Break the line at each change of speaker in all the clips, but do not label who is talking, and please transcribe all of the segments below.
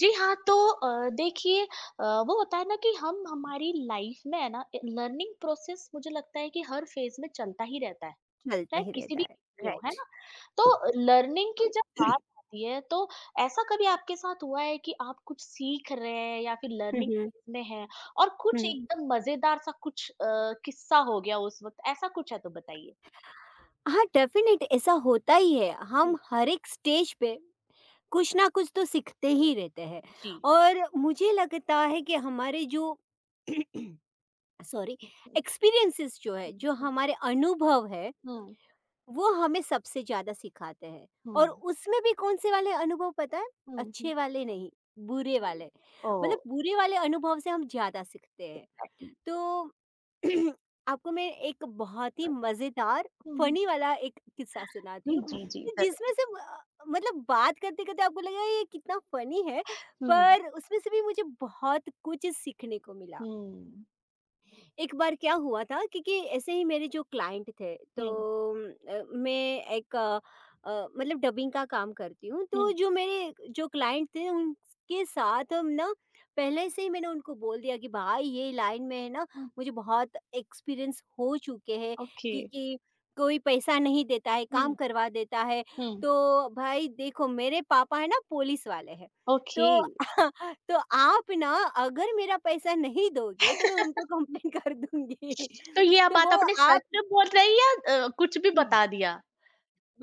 जी हाँ, तो देखिए वो होता है ना कि हम हमारी लाइफ में है ना लर्निंग प्रोसेस मुझे लगता है कि हर फेज में चलता ही रहता है,
चलता
चाहे
ही
किसी
रहता
भी
है,
phase में हो, है
राइट।
ना? तो लर्निंग की जब बात आती है तो ऐसा कभी आपके साथ हुआ है कि आप कुछ सीख रहे हैं या फिर
हुँ,
लर्निंग
हुँ,
फेज में हैं और कुछ
हुँ।
एकदम मजेदार सा कुछ किस्सा हो गया उस वक़्त, ऐसा कुछ है तो बताइए?
हाँ, डेफ़िनेट ऐसा होता ही है, हम
हुँ,
हर एक स्टेज पे कुछ ना कुछ तो सीखते ही रहते हैं
जी।
और मुझे लगता है कि हमारे जो सॉरी एक्सपीरियंसेस जो है,
हुँ,
जो
हुँ,
हमारे अनुभव है
हुँ,
वो हमें सबसे ज़्यादा सिखाते हैं। और
हुँ,
उसमें भी कौन-से वाले अनुभव पता है?
हुँ, हुँ, हुँ,
अच्छे वाले नहीं, बुरे
जी।
वाले।
ओह!
मतलब बुरे वाले अनुभव से हम ज़्यादा सीखते हैं। तो आपको मैं एक बहुत ही मज़ेदार
हुँ, हुँ।
फ़नी वाला एक किस्सा सुनाती
जी,
हूँ
जी, जी,
कि
ज़रूर।
जिसमें से मतलब बात करते-करते आपको लगेगा ये कितना फ़नी है,
हुँ,
पर उसमें से भी मुझे बहुत कुछ सीखने को मिला।
हुँ,
एक बार क्या हुआ था क्योंकि ऐसे ही मेरे जो क्लाइंट थे, तो
हुँ,
अ, मैं एक अ, अ, मतलब डबिंग का काम करती हूँ, तो
हुँ,
जो मेरे जो क्लाइंट थे उनके साथ हम ना पहले से ही मैंने उनको बोल दिया कि भाई ये लाइन में है ना
हुँ,
मुझे बहुत एक्सपीरियंस हो चुके हैं
ओके।
कि कोई पैसा नहीं देता है, काम
हुँ,
करवा देता है।
हुँ।
तो भाई देखो मेरे पापा है ना पुलिस वाले हैं, तो
ओके,
तो आप ना अगर मेरा पैसा नहीं दोगे तो मैं उनको कंप्लेन कर दूँगी।
तो ये आप
तो
बात
वो
आपने सच
आप
में बोल रही या कुछ भी बता दिया?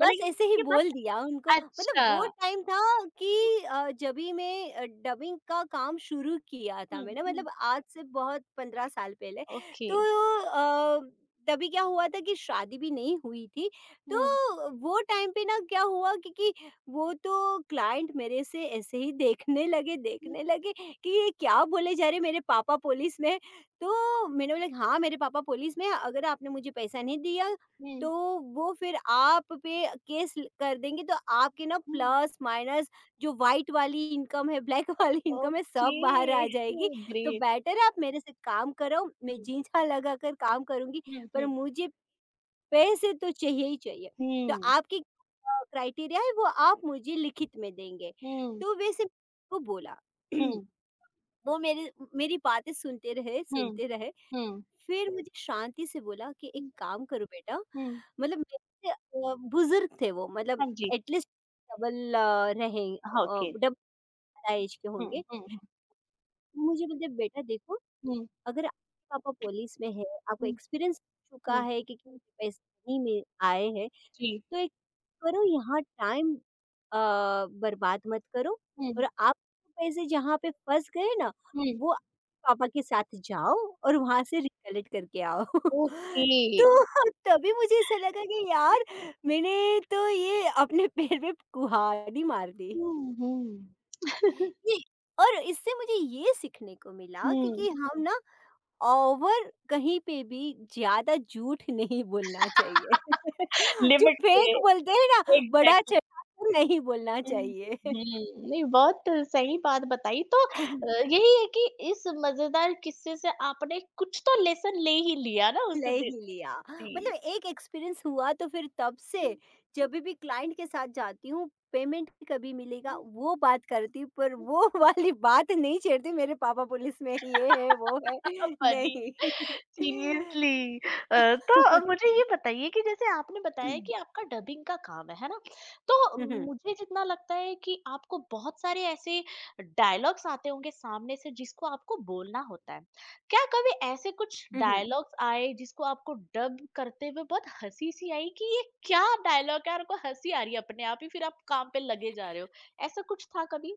मतलब
ऐसे ही
ये बात
बोल दिया उनको। मतलब वो
अच्छा,
टाइम था कि जभी मैं डबिंग का काम शुरू किया था
हुँ,
मैंने,
हुँ,
मतलब आज से बहुत 15 साल पहले।
ओके।
तो अ, तभी क्या हुआ था कि शादी भी नहीं हुई थी। तो
हुँ,
वो टाइम पे ना क्या हुआ क्योंकि वो तो क्लाइंट मेरे से ऐसे ही
हुँ,
देखने लगे कि ये क्या बोले जा रहे मेरे पापा पुलिस में हैं। तो मैंने बोला हाँ मेरे पापा पुलिस में हैं, अगर आपने मुझे पैसा नहीं दिया तो
हुँ,
वो फिर आप पे कर देंगे, तो आपके ना
हुँ।
प्लस माइनस जो वाइट वाली इनकम है, ब्लैक वाली इनकम है, सब
ओके,
बाहर आ जाएगी।
ओह
तो
ग्रेट।
बेटर है आप मेरे से काम करो, मैं
हुँ,
जींझा लगा कर काम करूंगी,
हुँ,
पर
हुँ,
मुझे पैसे तो चाहिए ही चाहिए। तो
हुँ,
आपकी क्राइटेरिया है वो आप मुझे लिखित में देंगे।
हुँ,
तो वैसे वो बोला,
हुँ,
वो मेरे मेरी बातें सुनते रहे
हुँ,
सुनते रहे,
हुँ,
फिर मुझे शांति से बोला कि एक
हुँ,
काम करो बेटा।
हुँ।
मतलब मेरे से बुजुर्ग थे वो, मतलब
हाँ जी,
एटलीस्ट डबल रहे,
हाँ, ओके।
डबल एज के
हुँ,
होंगे।
हुँ, हुँ।
मुझे बोलते बेटा देखो,
हुँ,
अगर आपके पापा पुलिस में है, आपको
हुँ,
एक्सपीरियंस
हुँ,
चुका है कि
हुँ। हुँ,
कितने पैसे नहीं मिल आए हैं।
जी।
तो एक करो, यहाँ टाइम अ, बर्बाद मत करो,
हुँ,
और आप पैसे जहाँ पे फँस गए ना,
हुँ।
वो पापा के साथ जाओ और
हुँ,
वहाँ से रिकलेक्ट करके आओ।
ओके।
तो तभी मुझे ऐसा लगा कि यार मैंने तो ये अपने पैर में कुल्हाड़ी मार दी।
हुँ, हुँ,
ये, और इससे मुझे ये सीखने को मिला
हुँ।
क्योंकि हम ना ओवर कहीं पे भी ज्यादा झूठ नहीं बोलना चाहिए। जो
लिमिट पे
फेक बोलते हैं ना, बड़ा
एग्ज़ैक्टली।
चढ़ा कर नहीं बोलना
हुँ,
चाहिए।
हुँ, नहीं बहुत सही बात बताई तो यही है कि इस मज़ेदार किस्से से आपने कुछ तो लेसन ले ही लिया ना उस
ले
दिन?
ही लिया।
जी।
मतलब एक एक्सपीरियंस हुआ तो फिर तब से
हुँ,
जब भी क्लाइंट के साथ जाती हूँ पेमेंट कभी
हुँ,
मिलेगा
हुँ,
वो बात करती हूँ, पर
हुँ।
वो वाली बात नहीं छेड़ती मेरे पापा पुलिस में ये है वो है
फनी।
नहीं।
सीरियसली तो मुझे ये बताइए कि जैसे आपने बताया
हम्म,
कि आपका डबिंग का काम है ना? तो
हम्म,
मुझे जितना लगता है कि आपको बहुत सारे ऐसे डायलॉग्स आते होंगे सामने से जिसको आपको बोलना होता है। क्या कभी ऐसे कुछ
हम्म।
डायलॉग्स आए जिसको आपको डब करते हुए बहुत हँसी-सी आई कि ये क्या डायलॉग है और आपको हँसी आ रही है अपने आप ही फिर आप काम पे लगे जा रहे हो। ऐसा कुछ था कभी?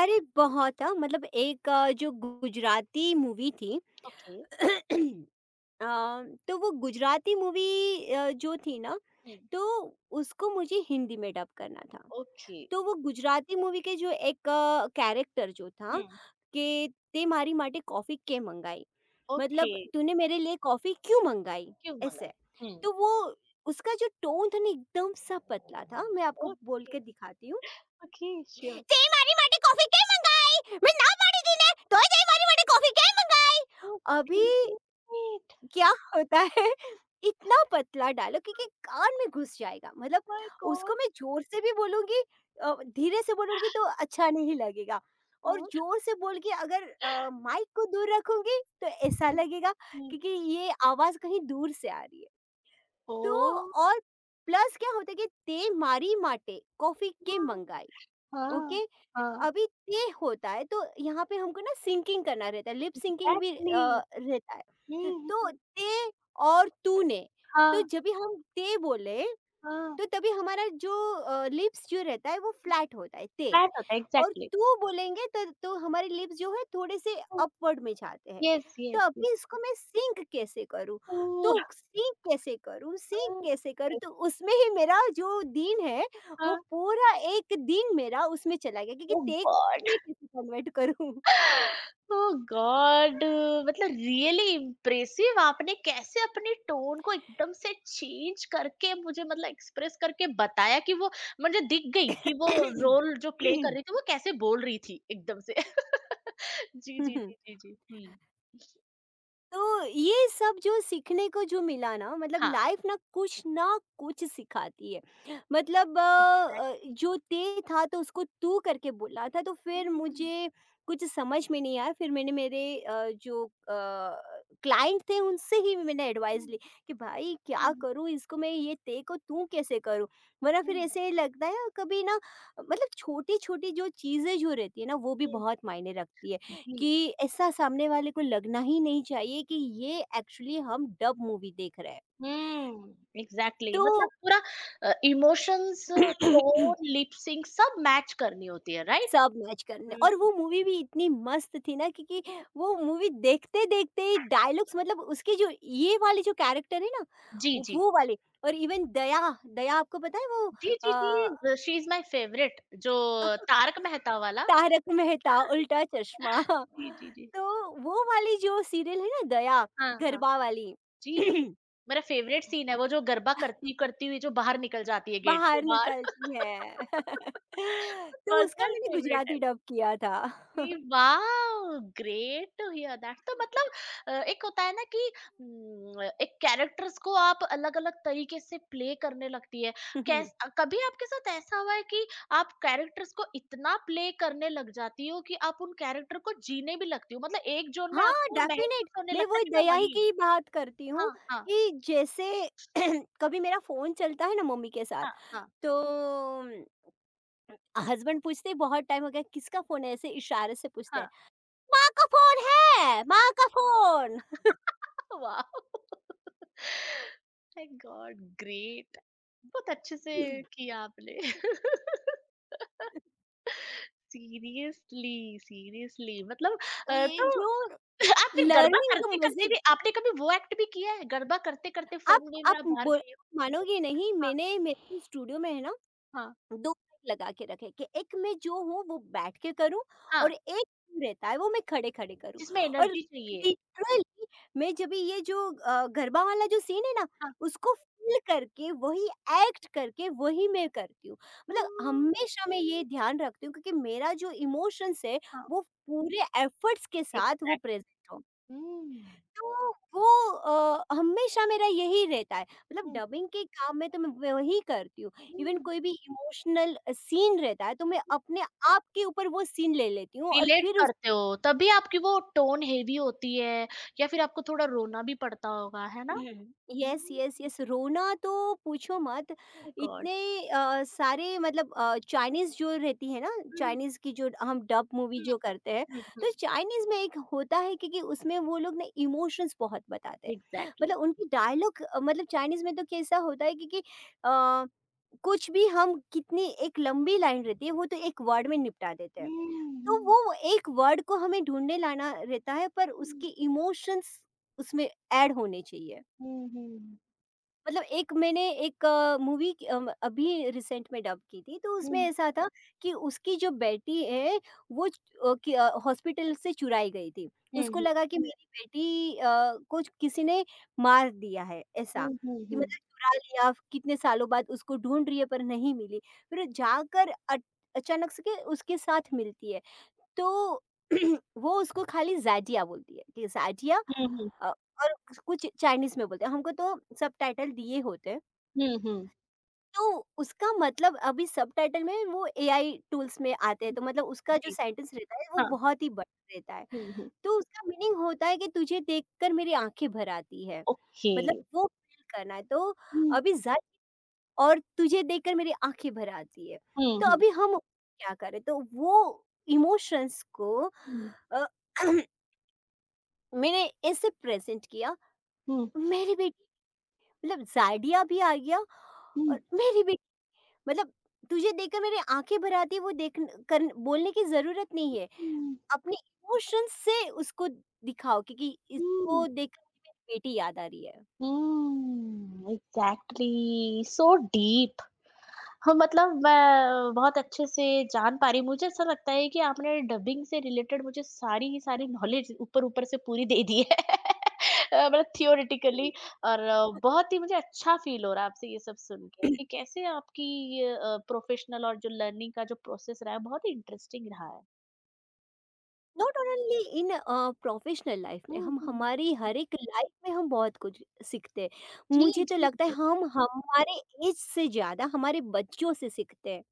अरे बहुत मतलब एक जो गुजराती मूवी थी
ओके।
अ, तो वो गुजराती मूवी जो थी ना,
हुँ।
तो उसको मुझे हिंदी में डब करना था।
ओके।
तो वो गुजराती मूवी के जो एक कैरेक्टर जो था
हुँ।
कि "તે મારી માટે कॉफ़ी क्यों मंगाई?"
ओके।
मतलब "तूने मेरे लिए कॉफ़ी क्यों मंगाई?"
क्यों
ऐसे।
मंगाए? हुँ।
तो वो उसका जो टोन था ना एकदम सा पतला था, मैं आपको बोल
ओके।
के दिखाती हूँ।
Okay, sure.
તે મારી માટે કોફી કેમ મંગાઈ मैं ना पाड़ी थी ने तो ये मारी માટે कॉफी કેમ મંગાઈ।
Oh,
अभी
great.
क्या होता है इतना पतला डालो क्योंकि
Oh
कान में घुस जाएगा मतलब
my God,
उसको मैं जोर से भी बोलूंगी, अ, धीरे से बोलूंगी तो अच्छा नहीं लगेगा, और
what
जोर से बोल के अगर माइक को दूर रखूंगी तो ऐसा लगेगा
happened?
क्योंकि ये आवाज कहीं दूर से आ रही है। तो
Oh,
और प्लस क्या होता है कि તે મારી માટે કોફી કેમ મંગાઈ,
हाँ,
ओके।
हाँ,
अभी ये होता है तो यहाँ पे हमको ना सिंकिंग करना रहता है, लिप सिंकिंग भी
exactly.
रहता है।
हम्म,
तो
हम्म,
ते और तूने, तो
हाँ,
जब भी हम ते बोले
हाँ,
तो तभी हमारा जो लिप्स जो रहता है वो फ्लैट होता है, ते।
flat होता
और
exactly.
तू बोलेंगे तो हमारे लिप्स जो है थोड़े से
Oh,
अपवर्ड में जाते हैं।
yes,
तो
yes, yes.
अभी इसको मैं सिंक कैसे करूँ,
Oh,
तो सिंक कैसे करूँ सिंक
हाँ,
कैसे करूँ, तो उसमें ही मेरा जो दिन है वो पूरा एक दिन मेरा उसमें चला गया क्योंकि
oh
टेक
God.
में कैसे कन्वर्ट करूँ।
ओह गॉड मतलब रियली इम्प्रेसिव आपने कैसे अपने टोन को एकदम से चेंज करके मुझे मतलब एक्सप्रेस करके बताया कि वो मुझे दिख गई कि वो रोल जो प्ले कर रही थी वो कैसे बोल रही थी एकदम से जी जी
हम्म।
जी जी जी
तो ये सब जो सीखने को जो मिला ना मतलब
हाँ
लाइफ ना कुछ सिखाती है। मतलब
एग्जैक्टली
जो ते था तो उसको तू करके बोला था तो फिर
हम्म
मुझे कुछ समझ में नहीं आया, फिर मैंने मेरे जो क्लाइंट थे उनसे ही मैंने एडवाइस
हम्म,
ली कि भाई
हम्म,
क्या
हम्म,
करूँ इसको, मैं ये ते को तू कैसे करूँ। वरना फिर ऐसे लगता है कभी ना, मतलब छोटी छोटी जो चीज़ें जो रहती है ना वो भी
हम्म,
बहुत मायने रखती है,
जी
कि ऐसा सामने वाले को लगना ही नहीं चाहिए कि ये एक्चुअली हम डब मूवी देख रहे हैं।
Hmm exactly exactly. मतलब
तो
पूरा इमोशंस टोन लिप सिंक सब मैच करनी होती है राइट
सब मैच करने,
हम्म
और वो मूवी भी इतनी मस्त थी ना क्योंकि वो मूवी देखते-देखते ही डायलॉग्स मतलब उसके जो ये वाले जो कैरेक्टर है ना,
जी, जी।
वो वाले, और इवन दया, दया आपको पता है वो
जी, जी, जी, शी इज़ माय फेवरेट जो तारक मेहता वाला।
तारक मेहता उल्टा चश्मा।
जी, जी, जी।
तो वो वाली जो सीरियल है ना दया,
हाँ, हाँ।
गरबा वाली
जी, मेरा फेवरेट सीन है वो जो गरबा करती-करती हुई जो बाहर निकल जाती है गेट के
बाहर
बाहर।
निकलती है। तो उसका
पर्सनल
मैंने
फेवरेट है
गुजराती
वो।
डब किया था।
Wow great to hear that तो मतलब एक होता है ना कि एक कैरेक्टर्स को आप अलग अलग तरीके से प्ले करने लगती है कैस कभी आपके साथ ऐसा हुआ है कि आप कैरेक्टर्स को इतना प्ले करने लग जाती हो कि आप उन कैरेक्टर को जीने भी लगती हो मतलब एक जोन में
हाँ,
आपको
डेफ़िनेट
महसूस होने
मैं
लगता है
वो
कि मैं
दया ही
वही हूँ
की बात करती हूँ
हाँ हाँ
कि जैसे कभी मेरा फ़ोन चलता है ना मम्मी के साथ,
हाँ हाँ
तो हस्बैंड पूछते हैं बहुत टाइम हो गया किसका फ़ोन है? ऐसे इशारे से पूछते हैं,
हाँ
"माँ का फ़ोन है, माँ का फ़ोन।"
वाह माय गॉड ग्रेट बहुत अच्छे से किया आपने सीरियसली, सीरियसली मतलब
तो ये
तो
जो
आप फिर गरबा
लर्निंग जो मज़े,
करते-करते भी आपने कभी वो एक्ट भी किया है? गरबा करते-करते
आप
फन वे में आप
आप
बाहर
बोल
गई हो?
मानोगे नहीं
हाँ,
मैंने मेरे स्टूडियो में है ना
हाँ,
2 माइक लगा के रखें कि एक मैं जो हूँ वो बैठ के करूँ
हाँ,
और एक रहता है वो मैं खड़े-खड़े करूँ।
जिसमें
और
एनर्जी चाहिए।
लिटरली मैं जब भी ये जो गरबा वाला जो सीन है ना,
हाँ,
उसको फ़ील करके वही एक्ट करके वही मैं करती हूँ। मतलब
हुँ,
हमेशा मैं ये ध्यान रखती हूँ क्योंकि मेरा जो इमोशंस है
हाँ,
वो पूरे एफर्ट्स के साथ वो
एग्ज़ैक्ट
प्रेज़ेंट हो।
हुँ,
तो वो हमेशा मेरा यही रहता है, मतलब
हुँ,
डबिंग के काम में तो मैं वही करती हूँ। इवन
हुँ।
कोई भी इमोशनल सीन रहता है तो मैं अपने आप के ऊपर वो सीन ले लेती हूँ और
रिलेट
फिर
करते हो, तभी आपकी वो टोन हेवी होती है या फिर आपको थोड़ा रोना भी पड़ता होगा, है ना?
हुँ। यस,
हुँ,
यस, यस, रोना तो पूछो मत,
माय गॉड!
इतने सारे मतलब चाइनीज़ जो रहती है ना,
हुँ, हुँ,
चाइनीज़ की जो हम डब मूवी
हुँ,
जो
हुँ,
करते हैं,
हुँ, हुँ,
तो चाइनीज़ में एक होता है क्योंकि उसमें वो लोग ना इमोशंस बहुत बताते हैं।
एग्ज़ैक्टली।
मतलब उनकी डायलॉग मतलब चाइनीज़ में तो कैसा होता है क्योंकि अ, कुछ भी हम कितनी एक लंबी लाइन रहती है, वो तो एक वर्ड में निपटा देते हैं।
हुँ,
तो
हुँ,
वो एक वर्ड को हमें ढूँढने लाना रहता है, पर
हुँ,
उसके इमोशंस उसमें ऐड होने चाहिए।
हुँ, हुँ।
मतलब एक मैंने एक मूवी अभी रिसेंट में डब की थी, तो उसमें
Hmm.
ऐसा था कि उसकी जो बेटी है, वो च अ, कि अ, हॉस्पिटल से चुराई गई थी। उसको
Hmm.
लगा कि मेरी बेटी को किसी ने मार दिया है, ऐसा।
Hmm.
कि
Hmm.
मतलब चुरा लिया, कितने सालों बाद उसको ढूँढ रही है पर नहीं मिली। फिर जाकर अट अचानक से के उसके साथ मिलती है। तो वो उसको खाली ज़ाज़िया बोलती है कि ज़ाज़िया,
Hmm.
अ, और कुछ चाइनीज़ में बोलते हैं, हमको तो सबटाइटल दिए होते हैं।
Hmm. Hmm.
तो उसका मतलब अभी सबटाइटल में वो एआई टूल्स में आते हैं,
Hmm.
तो मतलब उसका जो सेंटेंस रहता है वो बहुत ही बड़ा रहता है।
Hmm.
तो उसका मीनिंग होता है कि तुझे देखकर मेरी आँखें भर आती है, मतलब वो फ़ील करना है। तो
Hmm.
अभी ज़च और तुझे देखकर मेरी आँखें भर आती है, तो अभी हम क्या करें? तो वो इमोशंस को अ, मैंने ऐसे प्रेज़ेंट किया,
Hmm.
मेरी बेटी मतलब ज़ायडिया भी आ गया,
Hmm.
और मेरी भी मतलब तुझे देखकर मेरी आंखें भर आती है, वो देख कर बोलने की ज़रूरत नहीं है। अपने इमोशंस से उसको दिखाओ क्योंकि
Hmm.
इसको देखकर मुझे मेरी बेटी याद आ रही है।
Hmm. Exactly. So deep. हाँ, मतलब मैं बहुत अच्छे से जान पा रही हूँ। मुझे ऐसा लगता है कि आपने डबिंग से रिलेटेड मुझे सारी की सारी नॉलेज ऊपर-ऊपर से पूरी दे दी है। मतलब थियोरेटिकली और बहुत ही मुझे अच्छा फ़ील हो रहा है आपसे ये सब सुन के कि कैसे आपकी ये प्रोफ़ेशनल और जो लर्निंग का जो प्रोसेस रहा है, बहुत ही इंटरेस्टिंग रहा है।
Not only in professional life में
हुँ,
हम
हुँ।
हमारी हर एक लाइफ में हम बहुत कुछ सीखते हैं।
जी,
मुझे तो
जी।
लगता है हम हमारे ऐज से ज़्यादा हमारे बच्चों से सीखते हैं।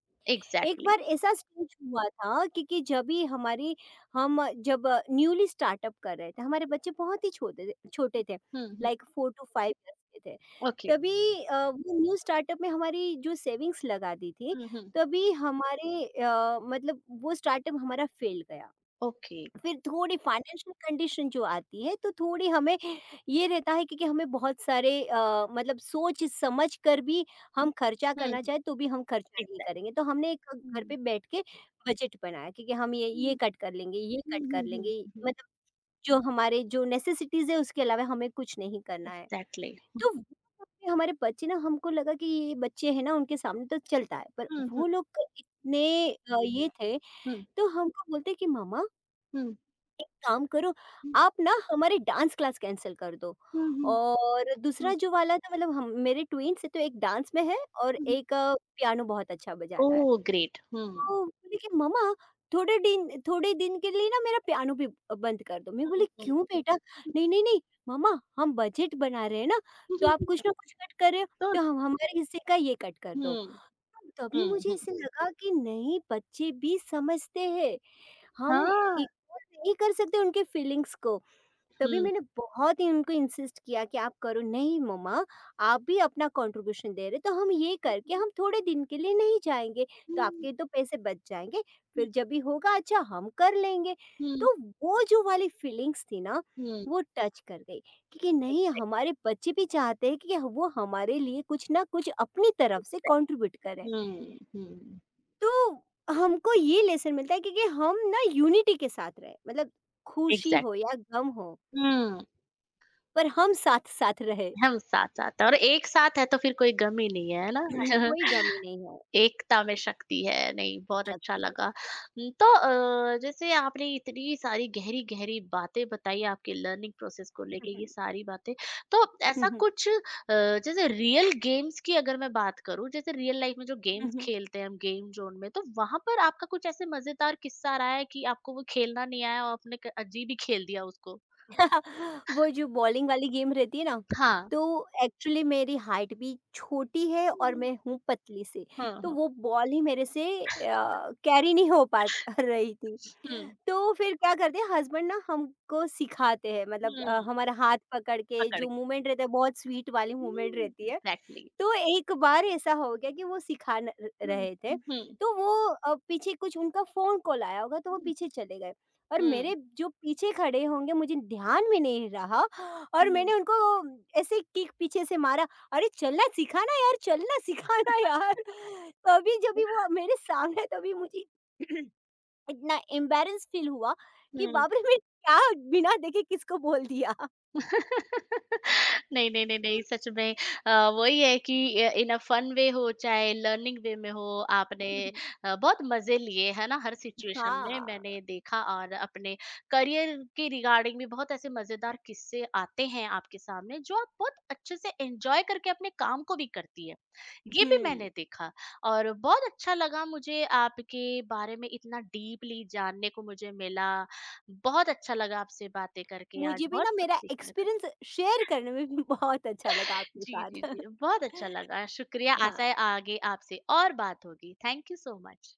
एक
एग्ज़ैक्टली।
बार ऐसा स्टेज हुआ था कि जब भी हमारी हम जब न्यूली स्टार्टअप कर रहे थे, हमारे बच्चे बहुत ही छोटे थे,
हुँ, हुँ।
लाइक 4 टू 5 इयर्स के थे।
ओके।
तभी वो न्यू स्टार्टअप में हमारी जो सेविंग्स लगा दी थी,
हुँ, हुँ।
तभी हमारे मतलब वो स्टार्टअप हमारा फ़ेल गया।
ओके।
फिर थोड़ी फाइनेंशियल कंडीशन जो आती है तो थोड़ी हमें ये रहता है क्योंकि हमें बहुत सारे मतलब सोच समझ कर भी हम खर्चा
हुँ,
करना
हुँ।
चाहे तो भी हम खर्चा नहीं
एग्ज़ैक्ट
करेंगे, तो हमने एक घर
हुँ।
पे बैठ के बजट बनाया क्योंकि हम ये
हुँ,
कट कर लेंगे, ये
हुँ,
कट कर
हुँ, हुँ,
लेंगे,
हुँ।
मतलब जो हमारे जो नेसेसिटीज है उसके अलावा हमें कुछ नहीं करना है।
एग्ज़ैक्टली।
तो वो करके हमारे बच्चे ना, हमको लगा कि ये बच्चे हैं ना उनके सामने तो चलता है, पर
हुँ, हुँ,
वो लोग इतने ये थे,
हुँ।
तो हमको बोलते कि मामा
हुँ।
काम करो,
हुँ,
आप ना हमारे डांस क्लास कैंसल कर दो।
हुँ, हुँ,
और दूसरा
हुँ,
जो वाला था मतलब हम मेरे ट्विन्स हैं, तो एक डांस में है और
हुँ।
एक पियानो बहुत अच्छा बजाता है।
ओह! ग्रेट। हुँ।
तो बोले कि मम्मा थोड़े दिन के लिए ना मेरा पियानो भी बंद कर दो। मैं बोली
हुँ, हुँ।
क्यों बेटा? नहीं, नहीं, नहीं मम्मा, हम बजट बना रहे हैं ना, तो आप कुछ ना कुछ कट कर रहे हो,
तो
तो हम हमारे हिस्से का ये कट कर दो।
हुँ,
तभी
हुँ,
मुझे
हुँ।
ऐसे लगा कि नहीं, बच्चे भी समझते हैं। हम
हाँ।
इग्नोर नहीं कर सकते उनके फीलिंग्स को। तभी
हुँ।
मैंने बहुत ही उनको इंसिस्ट किया कि आप करो, नहीं मम्मा आप भी अपना कंट्रीब्यूशन दे रहे, तो हम ये करके हम थोड़े दिन के लिए नहीं जाएँगे, तो
हुँ,
आपके तो पैसे बच जाएँगे, फिर जब भी होगा अच्छा हम कर लेंगे।
हुँ, हुँ,
तो वो जो वाली फीलिंग्स थी ना,
हुँ।
वो टच कर गई क्योंकि नहीं हमारे बच्चे भी चाहते हैं कि वो हमारे लिए कुछ ना कुछ अपनी तरफ से
एग्ज़ैक्ट
कंट्रीब्यूट करें।
हुँ, हुँ।
तो हमको ये लेसन मिलता है क्योंकि हम ना यूनिटी के साथ रहे, मतलब खुशी
एग्ज़ैक्ट
हो या गम हो
हुँ,
पर हम साथ साथ रहे।
हम साथ-साथ और एक साथ है तो फिर कोई गम ही नहीं है, है ना?
कोई गम ही नहीं है,
एकता में शक्ति है। नहीं, बहुत अच्छा
शक्ति है।
लगा। तो जैसे आपने इतनी सारी गहरी-गहरी बातें बताई आपके लर्निंग प्रोसेस को लेके ये
हम्म,
सारी बातें। तो ऐसा कुछ जैसे रियल गेम्स की अगर मैं बात करूँ, जैसे रियल लाइफ में जो
हम्म,
गेम्स
हम्म।
खेलते हैं हम गेम ज़ोन में, तो वहाँ पर आपका कुछ ऐसे मज़ेदार किस्सा रहा है कि आपको वो खेलना नहीं आया और आपने क अजीब ही खेल दिया उसको?
वो जो बॉलिंग वाली गेम रहती है ना,
हाँ।
तो एक्चुअली मेरी हाइट भी छोटी है
हुँ,
और
हुँ।
मैं हूँ पतली से,
हाँ,
तो
हाँ।
वो बॉल ही मेरे से कैरी नहीं हो पा रही थी,
हुँ,
तो फिर क्या करते हैं हस्बैंड ना हमको सिखाते हैं मतलब
हुँ,
हमारा हाथ पकड़ के
पकड़
जो
के।
मूवमेंट रहता है बहुत स्वीट वाली मूवमेंट
हुँ,
रहती है।
एग्ज़ैक्टली।
तो एक बार ऐसा हो गया कि वो सिखा न- र-
हुँ,
रहे थे,
हुँ, हुँ,
तो वो पीछे कुछ उनका फोन कॉल आया होगा तो वो पीछे चले गए, और
हुँ।
मेरे जो पीछे खड़े होंगे मुझे ध्यान में नहीं रहा, और
Hmm.
मैंने उनको ऐसे किक पीछे से मारा, अरे चलना सिखाना यार, चलना सिखाना यार। तो अभी जब भी वो मेरे सामने तभी मुझे इतना एम्बैरेंस फील हुआ कि बाप रे मैं क्या बिना देखे किसको बोल दिया।
Hmm. नहीं, नहीं, नहीं, नहीं, सच में वही है कि इन अ फन वे हो चाहे लर्निंग वे में हो आपने बहुत मज़े लिए, है ना? हर सिचुएशन में
हाँ।
मैंने देखा और अपने करियर के रिगार्डिंग भी बहुत ऐसे मज़ेदार किस्से आते हैं आपके सामने जो आप बहुत अच्छे से एन्जॉय करके अपने काम को भी करती है। ये भी
हम्म।
मैंने देखा और बहुत अच्छा लगा मुझे आपके बारे में इतना डीपली जानने को मुझे मिला। बहुत अच्छा लगा आपसे बातें करके आज
मुझे भी
बहुत
ना
कुछ
मेरा
सीखने को
एक्सपीरियंस शेयर करने में भी बहुत अच्छा लगा आपके
जी, जी,
साथ।
जी। बहुत अच्छा लगा, शुक्रिया।
हाँ।
आशा है आगे आपसे और बात होगी। Thank you so much.